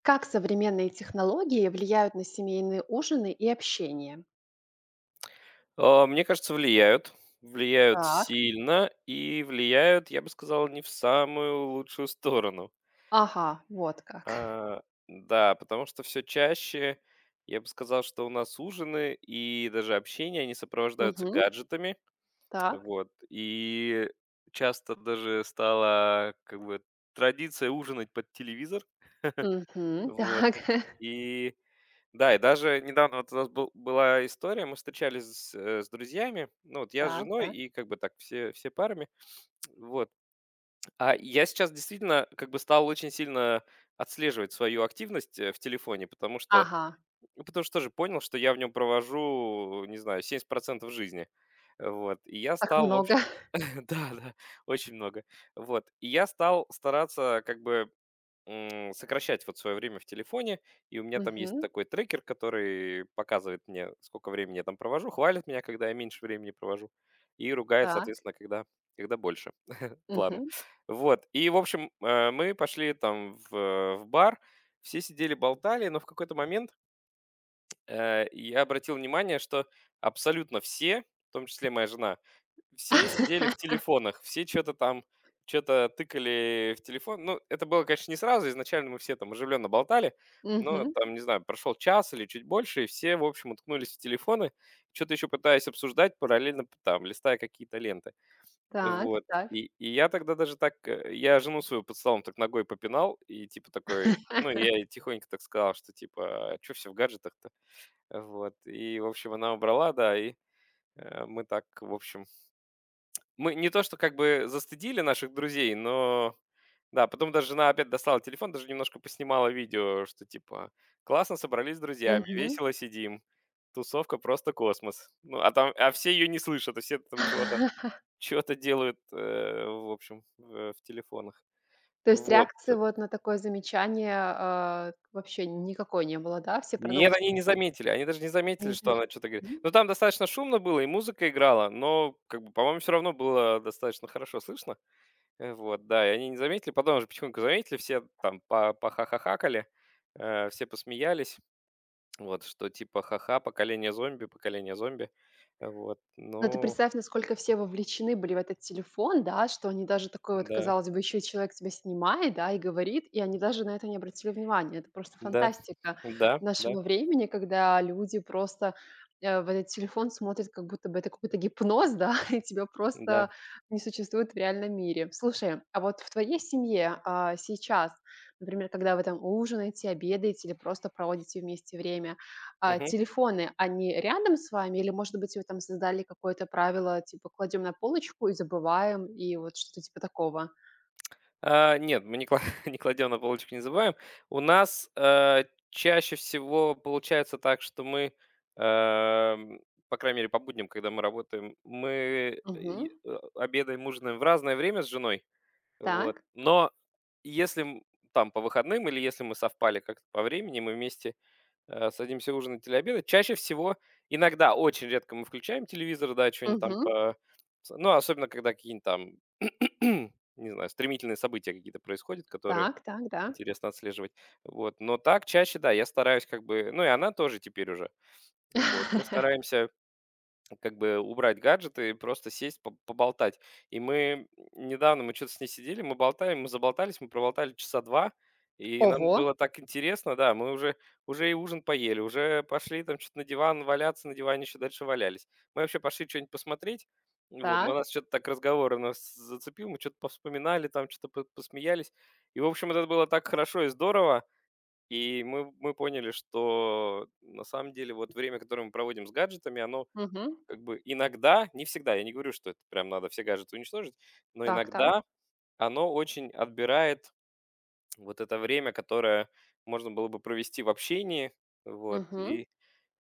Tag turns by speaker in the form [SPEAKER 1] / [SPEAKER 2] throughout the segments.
[SPEAKER 1] Как современные технологии влияют на семейные ужины и общение?
[SPEAKER 2] Мне кажется, влияют. Влияют
[SPEAKER 1] Так.
[SPEAKER 2] сильно и влияют, я бы сказал, не в самую лучшую сторону.
[SPEAKER 1] Ага, вот как.
[SPEAKER 2] А, да, потому что все чаще я бы сказал, что у нас ужины и даже общение, они сопровождаются
[SPEAKER 1] Мгм.
[SPEAKER 2] гаджетами.
[SPEAKER 1] Так.
[SPEAKER 2] Вот. И часто даже стала как бы традиция ужинать под телевизор.
[SPEAKER 1] Мгм.
[SPEAKER 2] Вот.
[SPEAKER 1] Так.
[SPEAKER 2] И да, и даже недавно вот у нас была история, мы встречались с друзьями, ну, вот я с
[SPEAKER 1] Так,
[SPEAKER 2] женой
[SPEAKER 1] да.
[SPEAKER 2] и как бы так все парами, вот. А я сейчас действительно как бы стал очень сильно отслеживать свою активность в телефоне, потому что,
[SPEAKER 1] Ага,
[SPEAKER 2] ну, потому что тоже понял, что я в нем провожу, не знаю, 70% жизни. Вот. И я
[SPEAKER 1] так
[SPEAKER 2] стал, в
[SPEAKER 1] много.
[SPEAKER 2] общем, да, да, очень много. Вот. И я стал стараться как бы сокращать вот свое время в телефоне. И у меня там есть
[SPEAKER 1] Мгм.
[SPEAKER 2] такой трекер, который показывает мне, сколько времени я там провожу, хвалит меня, когда я меньше времени провожу, и ругает,
[SPEAKER 1] Так.
[SPEAKER 2] соответственно, когда больше плана.
[SPEAKER 1] Мгм.
[SPEAKER 2] Вот. И, в общем, мы пошли там в бар, все сидели, болтали, но в какой-то момент я обратил внимание, что абсолютно все, в том числе моя жена, все сидели в телефонах, все что то тыкали в телефон. Ну, это было, конечно, не сразу, изначально мы все там оживленно болтали, но
[SPEAKER 1] Мгм.
[SPEAKER 2] там, не знаю, прошел час или чуть больше, и все, в общем, уткнулись в телефоны, что то еще пытаясь обсуждать, параллельно п там листая какие-то ленты.
[SPEAKER 1] Так,
[SPEAKER 2] Вот,
[SPEAKER 1] так.
[SPEAKER 2] и я тогда даже так, я жену свою под столом так ногой попинал и типа такой, ну, я ей тихонько так сказал, что типа: "что все в гаджетах-то?" Вот, и, в общем, она убрала, да, и, мы так, в общем, мы не то что как бы застыдили наших друзей, но да, потом даже жена опять достала телефон, даже немножко поснимала видео, что типа классно собрались с друзьями,
[SPEAKER 1] Мгм.
[SPEAKER 2] весело сидим, тусовка просто космос. Ну, а там, а все ее не слышат, а все там чего-то чего-то делают, в общем, в телефонах.
[SPEAKER 1] То есть
[SPEAKER 2] Вот.
[SPEAKER 1] реакции
[SPEAKER 2] Т
[SPEAKER 1] вот на такое замечание, вообще никакой не было, да? Все
[SPEAKER 2] Нет, они
[SPEAKER 1] продолжили
[SPEAKER 2] не
[SPEAKER 1] сидеть,
[SPEAKER 2] заметили, они даже не заметили,
[SPEAKER 1] не
[SPEAKER 2] что
[SPEAKER 1] заметили.
[SPEAKER 2] она что то говорит. Но там достаточно шумно было, и музыка играла, но, как бы, по-моему, все равно было достаточно хорошо слышно. Вот, да, и они не заметили. Потом уже потихоньку заметили, все там по похахахакали, все посмеялись. Вот, что типа ха-ха, поколение зомби, поколение зомби. Вот,
[SPEAKER 1] Но ты
[SPEAKER 2] ну
[SPEAKER 1] представь, насколько все вовлечены были в этот телефон, да, что они даже такой вот,
[SPEAKER 2] да,
[SPEAKER 1] казалось бы, еще и человек тебя снимает, да, и говорит, и они даже на это не обратили внимания. Это просто
[SPEAKER 2] да,
[SPEAKER 1] фантастика
[SPEAKER 2] да, да,
[SPEAKER 1] нашего времени, когда люди просто в этот телефон смотрят, как будто бы это какой-то гипноз, да, и тебя
[SPEAKER 2] да.
[SPEAKER 1] просто не существует в реальном мире. Слушай, а вот в твоей семье сейчас, например, когда вы там ужинаете, обедаете или просто проводите вместе время, а
[SPEAKER 2] Мгм.
[SPEAKER 1] телефоны, они рядом с вами или, может быть, вы там создали какое-то правило, типа кладем на полочку и забываем, и вот что-то типа такого?
[SPEAKER 2] Нет, мы не, не кладем на полочку, не забываем. У нас чаще всего получается так, что мы, эм, по крайней мере, по будням, когда мы работаем, мы
[SPEAKER 1] Мгм.
[SPEAKER 2] обедаем, ужинаем в разное время с женой. Вот.
[SPEAKER 1] Так.
[SPEAKER 2] Но если там по выходным или если мы совпали как-то по времени, мы вместе садимся ужинать или обедать, чаще всего, иногда, очень редко мы включаем телевизор, да, что-нибудь там
[SPEAKER 1] Мгм.
[SPEAKER 2] по... Ну, особенно, когда какие-нибудь там, не знаю, стремительные события какие-то происходят, которые
[SPEAKER 1] Так, так, да.
[SPEAKER 2] интересно отслеживать. Вот. Но так чаще, да, я стараюсь как бы... Ну, и она тоже теперь уже. Вот. Мы стараемся как бы убрать гаджеты и просто сесть поболтать. И мы недавно, мы что-то с ней сидели, мы болтали, мы заболтались, мы проболтали часа два, и нам
[SPEAKER 1] Ого.
[SPEAKER 2] было так интересно, да, мы уже и ужин поели, уже пошли там что-то на диван валяться, на диване еще дальше валялись. Мы вообще пошли что-нибудь посмотреть, вот, но
[SPEAKER 1] Так.
[SPEAKER 2] нас что-то так разговор у нас зацепил, мы что-то повспоминали, там что-то посмеялись. И, в общем, вот это было так хорошо и здорово, и мы поняли, что на самом деле вот время, которое мы проводим с гаджетами, оно
[SPEAKER 1] Мгм.
[SPEAKER 2] как бы иногда, не всегда, я не говорю, что это прям надо все гаджеты уничтожить, но
[SPEAKER 1] Так, так.
[SPEAKER 2] иногда оно очень отбирает вот это время, которое можно было бы провести в общении. Вот.
[SPEAKER 1] Мгм.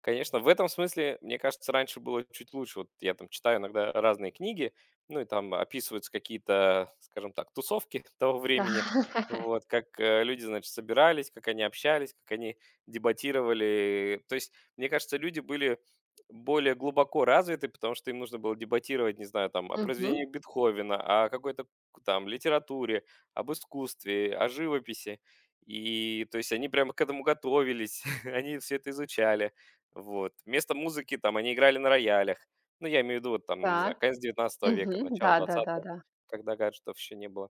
[SPEAKER 2] Конечно, в этом смысле, мне кажется, раньше было чуть лучше. Вот я там читаю иногда разные книги, ну и там описываются какие-то, скажем так, тусовки того
[SPEAKER 1] Так.
[SPEAKER 2] времени. Вот, как люди, значит, собирались, как они общались, как они дебатировали. То есть, мне кажется, люди были более глубоко развиты, потому что им нужно было дебатировать, не знаю, там, о
[SPEAKER 1] Мгм.
[SPEAKER 2] произведении Бетховена, о какой-то там литературе, об искусстве, о живописи. И, то есть, они прямо к этому готовились, они все это изучали. Вот. Вместо музыки там они играли на роялях. Ну, я имею в виду, вот там, не
[SPEAKER 1] Так.
[SPEAKER 2] знаю, конец XIX века,
[SPEAKER 1] Мгм.
[SPEAKER 2] начало XX,
[SPEAKER 1] Да-да-да-да.
[SPEAKER 2] когда гаджетов еще не было.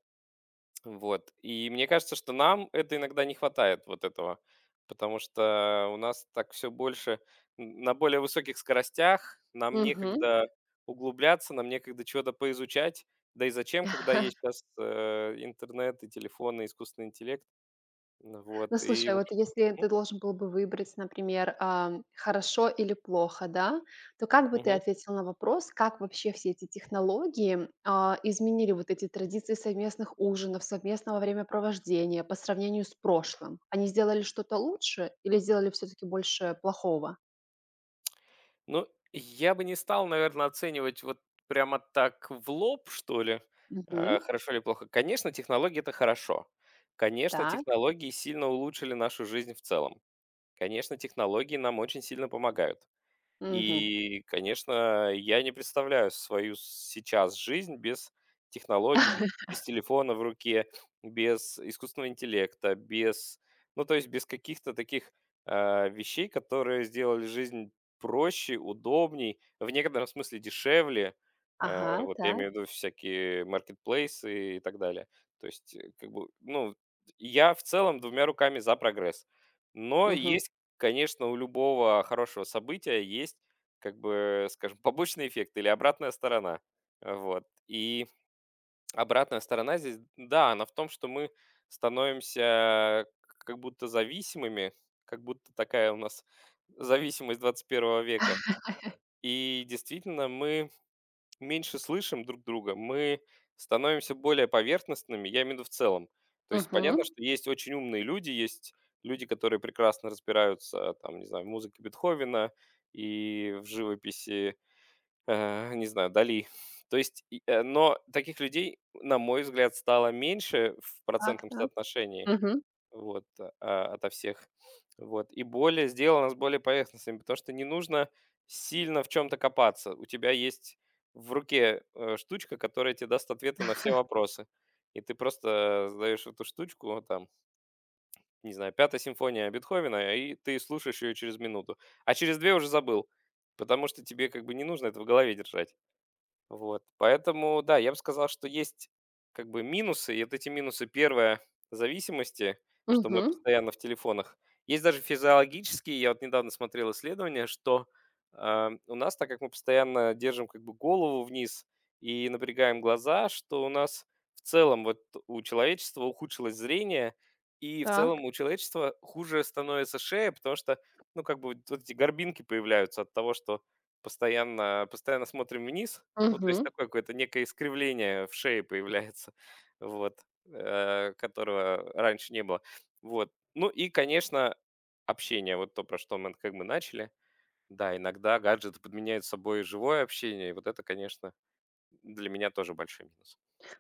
[SPEAKER 2] Вот. И мне кажется, что нам это иногда не хватает, вот этого. Потому что у нас так все больше на более высоких скоростях, нам некогда углубляться, нам некогда чего-то поизучать. Да и зачем, когда есть сейчас интернет и телефоны, и искусственный интеллект. Ну
[SPEAKER 1] Ну,
[SPEAKER 2] вот. И...
[SPEAKER 1] слушай,
[SPEAKER 2] в
[SPEAKER 1] вот
[SPEAKER 2] общем,
[SPEAKER 1] если ты должен был бы выбрать, например, хорошо или плохо, да, то как бы ты
[SPEAKER 2] мгм.
[SPEAKER 1] ответил на вопрос, как вообще все эти технологии, изменили вот эти традиции совместных ужинов, совместного времяпровождения по сравнению с прошлым? Они сделали что-то лучше или сделали все-таки больше плохого?
[SPEAKER 2] Ну, я бы не стал, наверное, оценивать вот прямо так в лоб, что ли,
[SPEAKER 1] Мгм.
[SPEAKER 2] хорошо или плохо. Конечно, технологии - это хорошо. Конечно,
[SPEAKER 1] Так.
[SPEAKER 2] технологии сильно улучшили нашу жизнь в целом. Конечно, технологии нам очень сильно помогают.
[SPEAKER 1] Мгм.
[SPEAKER 2] И, конечно, я не представляю свою сейчас жизнь без технологий, без телефона в руке, без искусственного интеллекта, без, ну, то есть без каких-то таких вещей, которые сделали жизнь проще, удобней, в некотором смысле дешевле.
[SPEAKER 1] Ага,
[SPEAKER 2] Вот я
[SPEAKER 1] так.
[SPEAKER 2] имею в виду всякие маркетплейсы и так далее. То есть, как бы, ну, я в целом двумя руками за прогресс. Но
[SPEAKER 1] Мгм.
[SPEAKER 2] есть... Конечно, у любого хорошего события есть, как бы, скажем, побочный эффект или обратная сторона. Вот. И обратная сторона здесь, да, она в том, что мы становимся как будто зависимыми, как будто такая у нас зависимость XXI века. И действительно, мы меньше слышим друг друга, мы становимся более поверхностными, я имею в виду в целом. То есть понятно,
[SPEAKER 1] Мгм.
[SPEAKER 2] что есть очень умные люди, есть люди, которые прекрасно разбираются, там, не знаю, в музыке Бетховена и в живописи, не знаю, Дали. То есть, но таких людей, на мой взгляд, стало меньше в
[SPEAKER 1] Так,
[SPEAKER 2] процентном
[SPEAKER 1] так.
[SPEAKER 2] соотношении.
[SPEAKER 1] Мгм.
[SPEAKER 2] Вот, ото всех. Вот, и более сделано с более поверхностными, потому что не нужно сильно в чем-то копаться. У тебя есть в руке, штучка, которая тебе даст ответы на все вопросы. И ты просто задаешь эту штучку, там, не знаю, "Пятая симфония" Бетховена, и ты слушаешь ее через минуту. А через 2 уже забыл, потому что тебе как бы не нужно это в голове держать. Вот, поэтому, да, я бы сказал, что есть как бы минусы, и вот эти минусы, первое, зависимости, что мы
[SPEAKER 1] Мгм.
[SPEAKER 2] постоянно в телефонах. Есть даже физиологические, я вот недавно смотрел исследование, что у нас, так как мы постоянно держим как бы голову вниз и напрягаем глаза, что у нас в целом вот у человечества ухудшилось зрение, и в целом
[SPEAKER 1] Так.
[SPEAKER 2] у человечества хуже становится шея, потому что, ну, как бы вот эти горбинки появляются от того, что постоянно смотрим вниз, ну, то есть
[SPEAKER 1] Мгм.
[SPEAKER 2] такое какое-то некое искривление в шее появляется, вот, которого раньше не было. Вот. Ну и, конечно, общение, вот то, про что мы как бы начали. Да, иногда гаджеты подменяют собой живое общение, и вот это, конечно, для меня тоже большой минус.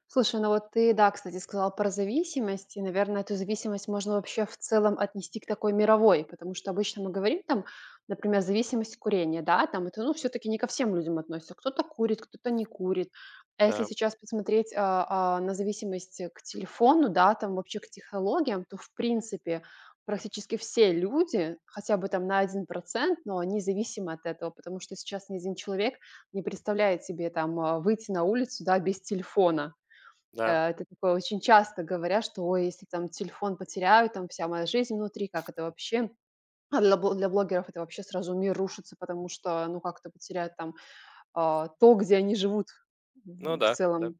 [SPEAKER 1] Слушай, ну вот ты, да, кстати, сказал про зависимость, и, наверное, эту зависимость можно вообще в целом отнести к такой мировой, потому что обычно мы говорим там, например, зависимость курения, да, там это, ну, все-таки не ко всем людям относится, кто-то курит, кто-то не курит. А если
[SPEAKER 2] Да,
[SPEAKER 1] сейчас посмотреть на зависимость к телефону, да, там вообще к технологиям, то, в принципе, практически все люди, хотя бы там на один процент, но они зависимы от этого, потому что сейчас ни один человек не представляет себе там выйти на улицу, да, без телефона.
[SPEAKER 2] да,
[SPEAKER 1] Это такое очень часто говорят, что: "Ой, если там телефон потеряю, там вся моя жизнь внутри, как это вообще?" А для бл для блогеров это вообще сразу мир рушится, потому что, ну, как то потерять там то, где они живут
[SPEAKER 2] ну
[SPEAKER 1] в
[SPEAKER 2] да, да.
[SPEAKER 1] целом.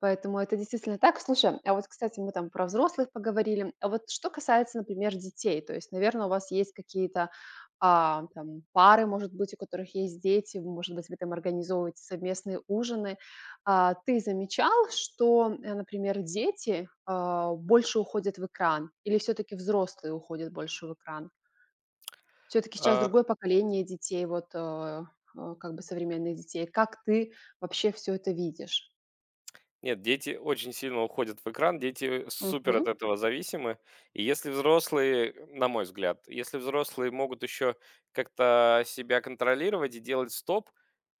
[SPEAKER 1] Поэтому это действительно так. Слушай, а вот, кстати, мы там про взрослых поговорили. А вот что касается, например, детей, то есть, наверное, у вас есть какие-то там пары, может быть, у которых есть дети, может быть, вы там организовываете совместные ужины. А, ты замечал, что, например, дети больше уходят в экран или все-таки взрослые уходят больше в экран? Все таки сейчас
[SPEAKER 2] А
[SPEAKER 1] другое поколение детей, вот, как бы современных детей. Как ты вообще все это видишь?
[SPEAKER 2] Нет, дети очень сильно уходят в экран, дети супер
[SPEAKER 1] Мгм.
[SPEAKER 2] от этого зависимы. И если взрослые, на мой взгляд, если взрослые могут еще как-то себя контролировать и делать стоп,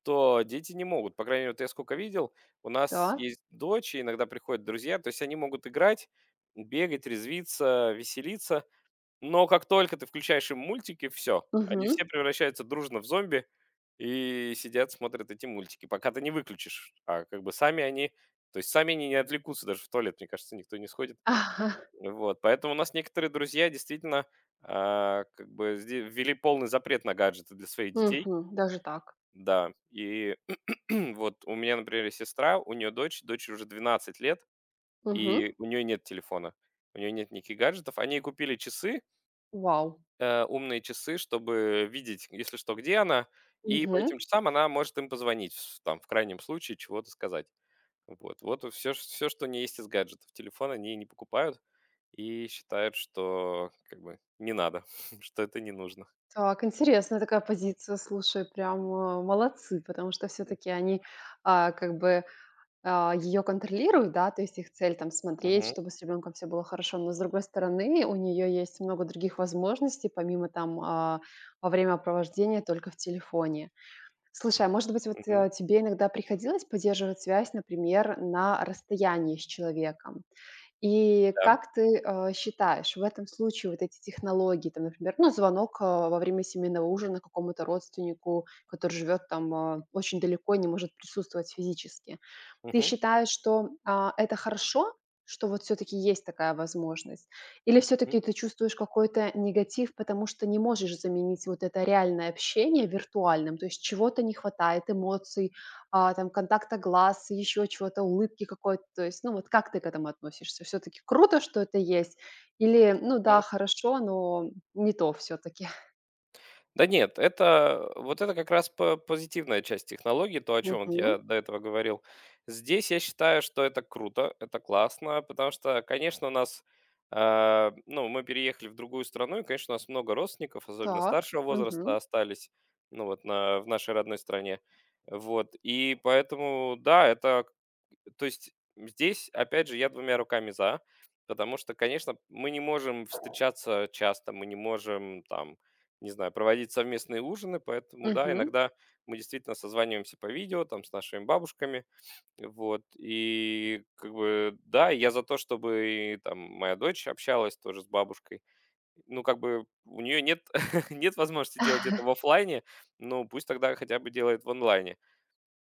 [SPEAKER 2] то дети не могут. По крайней мере, вот я сколько видел, у нас
[SPEAKER 1] Так.
[SPEAKER 2] есть дочь, и иногда приходят друзья, то есть они могут играть, бегать, резвиться, веселиться, но как только ты включаешь им мультики, все. Они все
[SPEAKER 1] Мгм.
[SPEAKER 2] превращаются дружно в зомби и сидят, смотрят эти мультики, пока ты не выключишь. А как бы сами они то есть сами они не отвлекутся, даже в туалет, мне кажется, никто не сходит. Вот, поэтому у нас некоторые друзья действительно, как бы сде ввели полный запрет на гаджеты для своих детей.
[SPEAKER 1] Мгм. Даже так.
[SPEAKER 2] Да, и вот у меня, например, есть сестра, у нее дочь. Дочь уже 12 лет,
[SPEAKER 1] Мгм.
[SPEAKER 2] и у нее нет телефона, у нее нет никаких гаджетов. Они ей купили часы,
[SPEAKER 1] Вау.
[SPEAKER 2] умные часы, чтобы видеть, если что, где она, и по
[SPEAKER 1] Мгм.
[SPEAKER 2] этим часам она может им позвонить, там, в крайнем случае, чего-то сказать. Вот, вот все, что не есть из гаджетов. Телефон они не покупают и считают, что как бы не надо, что это не нужно.
[SPEAKER 1] Так, интересная такая позиция. Слушай, прям, молодцы, потому что все таки они, как бы ее контролируют, да, то есть их цель там смотреть,
[SPEAKER 2] Мгм,
[SPEAKER 1] чтобы с ребенком все было хорошо, но с другой стороны у нее есть много других возможностей, помимо там во время провождения только в телефоне. Слушай, а может быть вот
[SPEAKER 2] мгм,
[SPEAKER 1] тебе иногда приходилось поддерживать связь, например, на расстоянии с человеком? И
[SPEAKER 2] да.
[SPEAKER 1] как ты считаешь, в этом случае вот эти технологии, там, например, ну, звонок во время семейного ужина какому-то родственнику, который живет там очень далеко и не может присутствовать физически, ты
[SPEAKER 2] Мгм,
[SPEAKER 1] считаешь, что, это хорошо, что вот все таки есть такая возможность? Или все
[SPEAKER 2] мгм.
[SPEAKER 1] таки ты чувствуешь какой-то негатив, потому что не можешь заменить вот это реальное общение виртуальным? То есть чего-то не хватает, эмоций, там, контакта глаз, еще чего-то, улыбки какой-то. То есть, ну, вот как ты к этому относишься? Все таки круто, что это есть? Или, ну да, хорошо, но не то все таки.
[SPEAKER 2] Да нет, это вот это как раз по позитивная часть технологии, то, о чем вот
[SPEAKER 1] Мгм.
[SPEAKER 2] я до этого говорил. Здесь я считаю, что это круто, это классно, потому что, конечно, у нас, ну, мы переехали в другую страну, и, конечно, у нас много родственников, особенно
[SPEAKER 1] Так.
[SPEAKER 2] старшего
[SPEAKER 1] Мгм.
[SPEAKER 2] возраста, остались, ну, вот на в нашей родной стране. Вот, и поэтому, да, это то есть здесь, опять же, я двумя руками за, потому что, конечно, мы не можем встречаться часто, мы не можем там, не знаю, проводить совместные ужины, поэтому, да,
[SPEAKER 1] Мгм.
[SPEAKER 2] иногда мы действительно созваниваемся по видео, там, с нашими бабушками, вот, и, как бы, да, я за то, чтобы, и, там, моя дочь общалась тоже с бабушкой, ну, как бы, у нее нет, нет возможности делать это в оффлайне, ну, пусть тогда хотя бы делает в онлайне,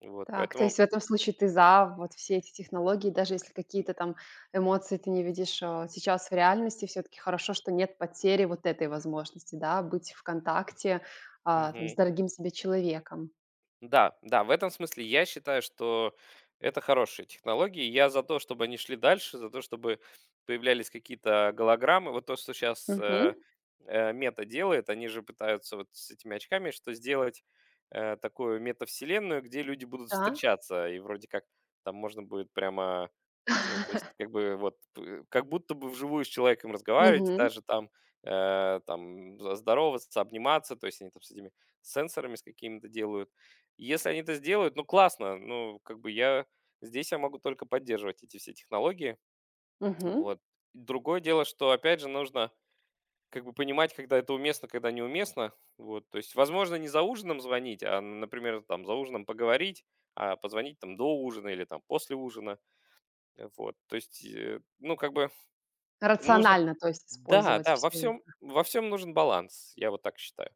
[SPEAKER 2] вот,
[SPEAKER 1] Так, то есть
[SPEAKER 2] поэтому...
[SPEAKER 1] в этом случае ты за вот все эти технологии, даже если какие-то там эмоции ты не видишь, сейчас в реальности, все таки хорошо, что нет потери вот этой возможности, да, быть в контакте, там, с дорогим себе человеком.
[SPEAKER 2] Да, да, в этом смысле я считаю, что это хорошие технологии. Я за то, чтобы они шли дальше, за то, чтобы появлялись какие-то голограммы. Вот то, что сейчас
[SPEAKER 1] Мгм.
[SPEAKER 2] Мета делает, они же пытаются вот с этими очками что сделать такую метавселенную, где люди будут
[SPEAKER 1] Так.
[SPEAKER 2] встречаться, и вроде как там можно будет прямо ну, то есть, как бы, вот, п как будто бы вживую с человеком разговариваете,
[SPEAKER 1] Мгм.
[SPEAKER 2] даже там, там з здороваться, обниматься, то есть они там с этими сенсорами с какими-то делают. Если они это сделают, ну, классно, ну, как бы я могу только поддерживать эти все технологии,
[SPEAKER 1] Мгм.
[SPEAKER 2] вот. Другое дело, что, опять же, нужно как бы понимать, когда это уместно, когда неуместно, вот. То есть, возможно, не за ужином звонить, а, например, там за ужином поговорить, а позвонить там до ужина или там после ужина. Вот, то есть, ну, как бы нужно...
[SPEAKER 1] Рационально, то есть
[SPEAKER 2] Да,
[SPEAKER 1] использовать
[SPEAKER 2] да,
[SPEAKER 1] все.
[SPEAKER 2] во
[SPEAKER 1] Это.
[SPEAKER 2] всем, во всем нужен баланс, я вот так считаю.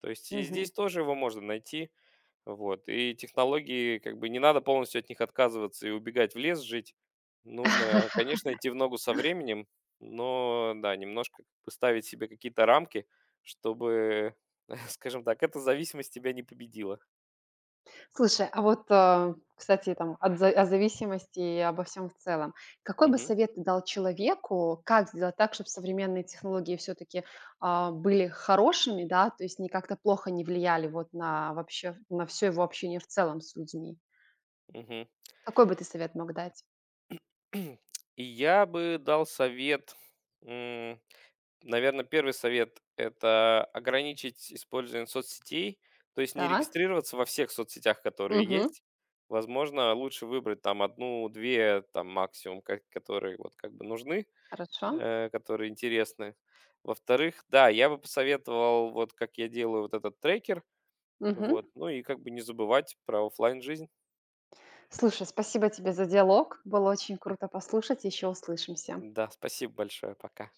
[SPEAKER 2] То есть и
[SPEAKER 1] Мгм.
[SPEAKER 2] здесь тоже его можно найти, вот. И технологии, как бы не надо полностью от них отказываться и убегать в лес жить. Нужно, конечно, идти в ногу со временем, но да, немножко поставить себе какие-то рамки, чтобы, скажем так, эта зависимость тебя не победила.
[SPEAKER 1] Слушай, а вот, кстати, там от за о зависимости и обо всем в целом. Какой бы
[SPEAKER 2] Мгм,
[SPEAKER 1] совет ты дал человеку, как сделать так, чтобы современные технологии все таки были хорошими, да, то есть не как-то плохо не влияли вот на вообще на все его общение в целом с людьми?
[SPEAKER 2] мгм.
[SPEAKER 1] Какой бы ты совет мог дать?
[SPEAKER 2] И я бы дал совет. Наверное, первый совет - это ограничить использование соцсетей, то есть не
[SPEAKER 1] Так,
[SPEAKER 2] регистрироваться во всех соцсетях, которые
[SPEAKER 1] мгм,
[SPEAKER 2] есть. Возможно, лучше выбрать там одну-две, там максимум, ко которые вот как бы нужны,
[SPEAKER 1] хорошо,
[SPEAKER 2] которые интересны. Во-вторых, да, я бы посоветовал, вот как я делаю, вот этот трекер,
[SPEAKER 1] мгм.
[SPEAKER 2] вот, ну и как бы не забывать про оффлайн жизнь.
[SPEAKER 1] Слушай, спасибо тебе за диалог. Было очень круто послушать. Еще услышимся.
[SPEAKER 2] Да, спасибо большое, пока.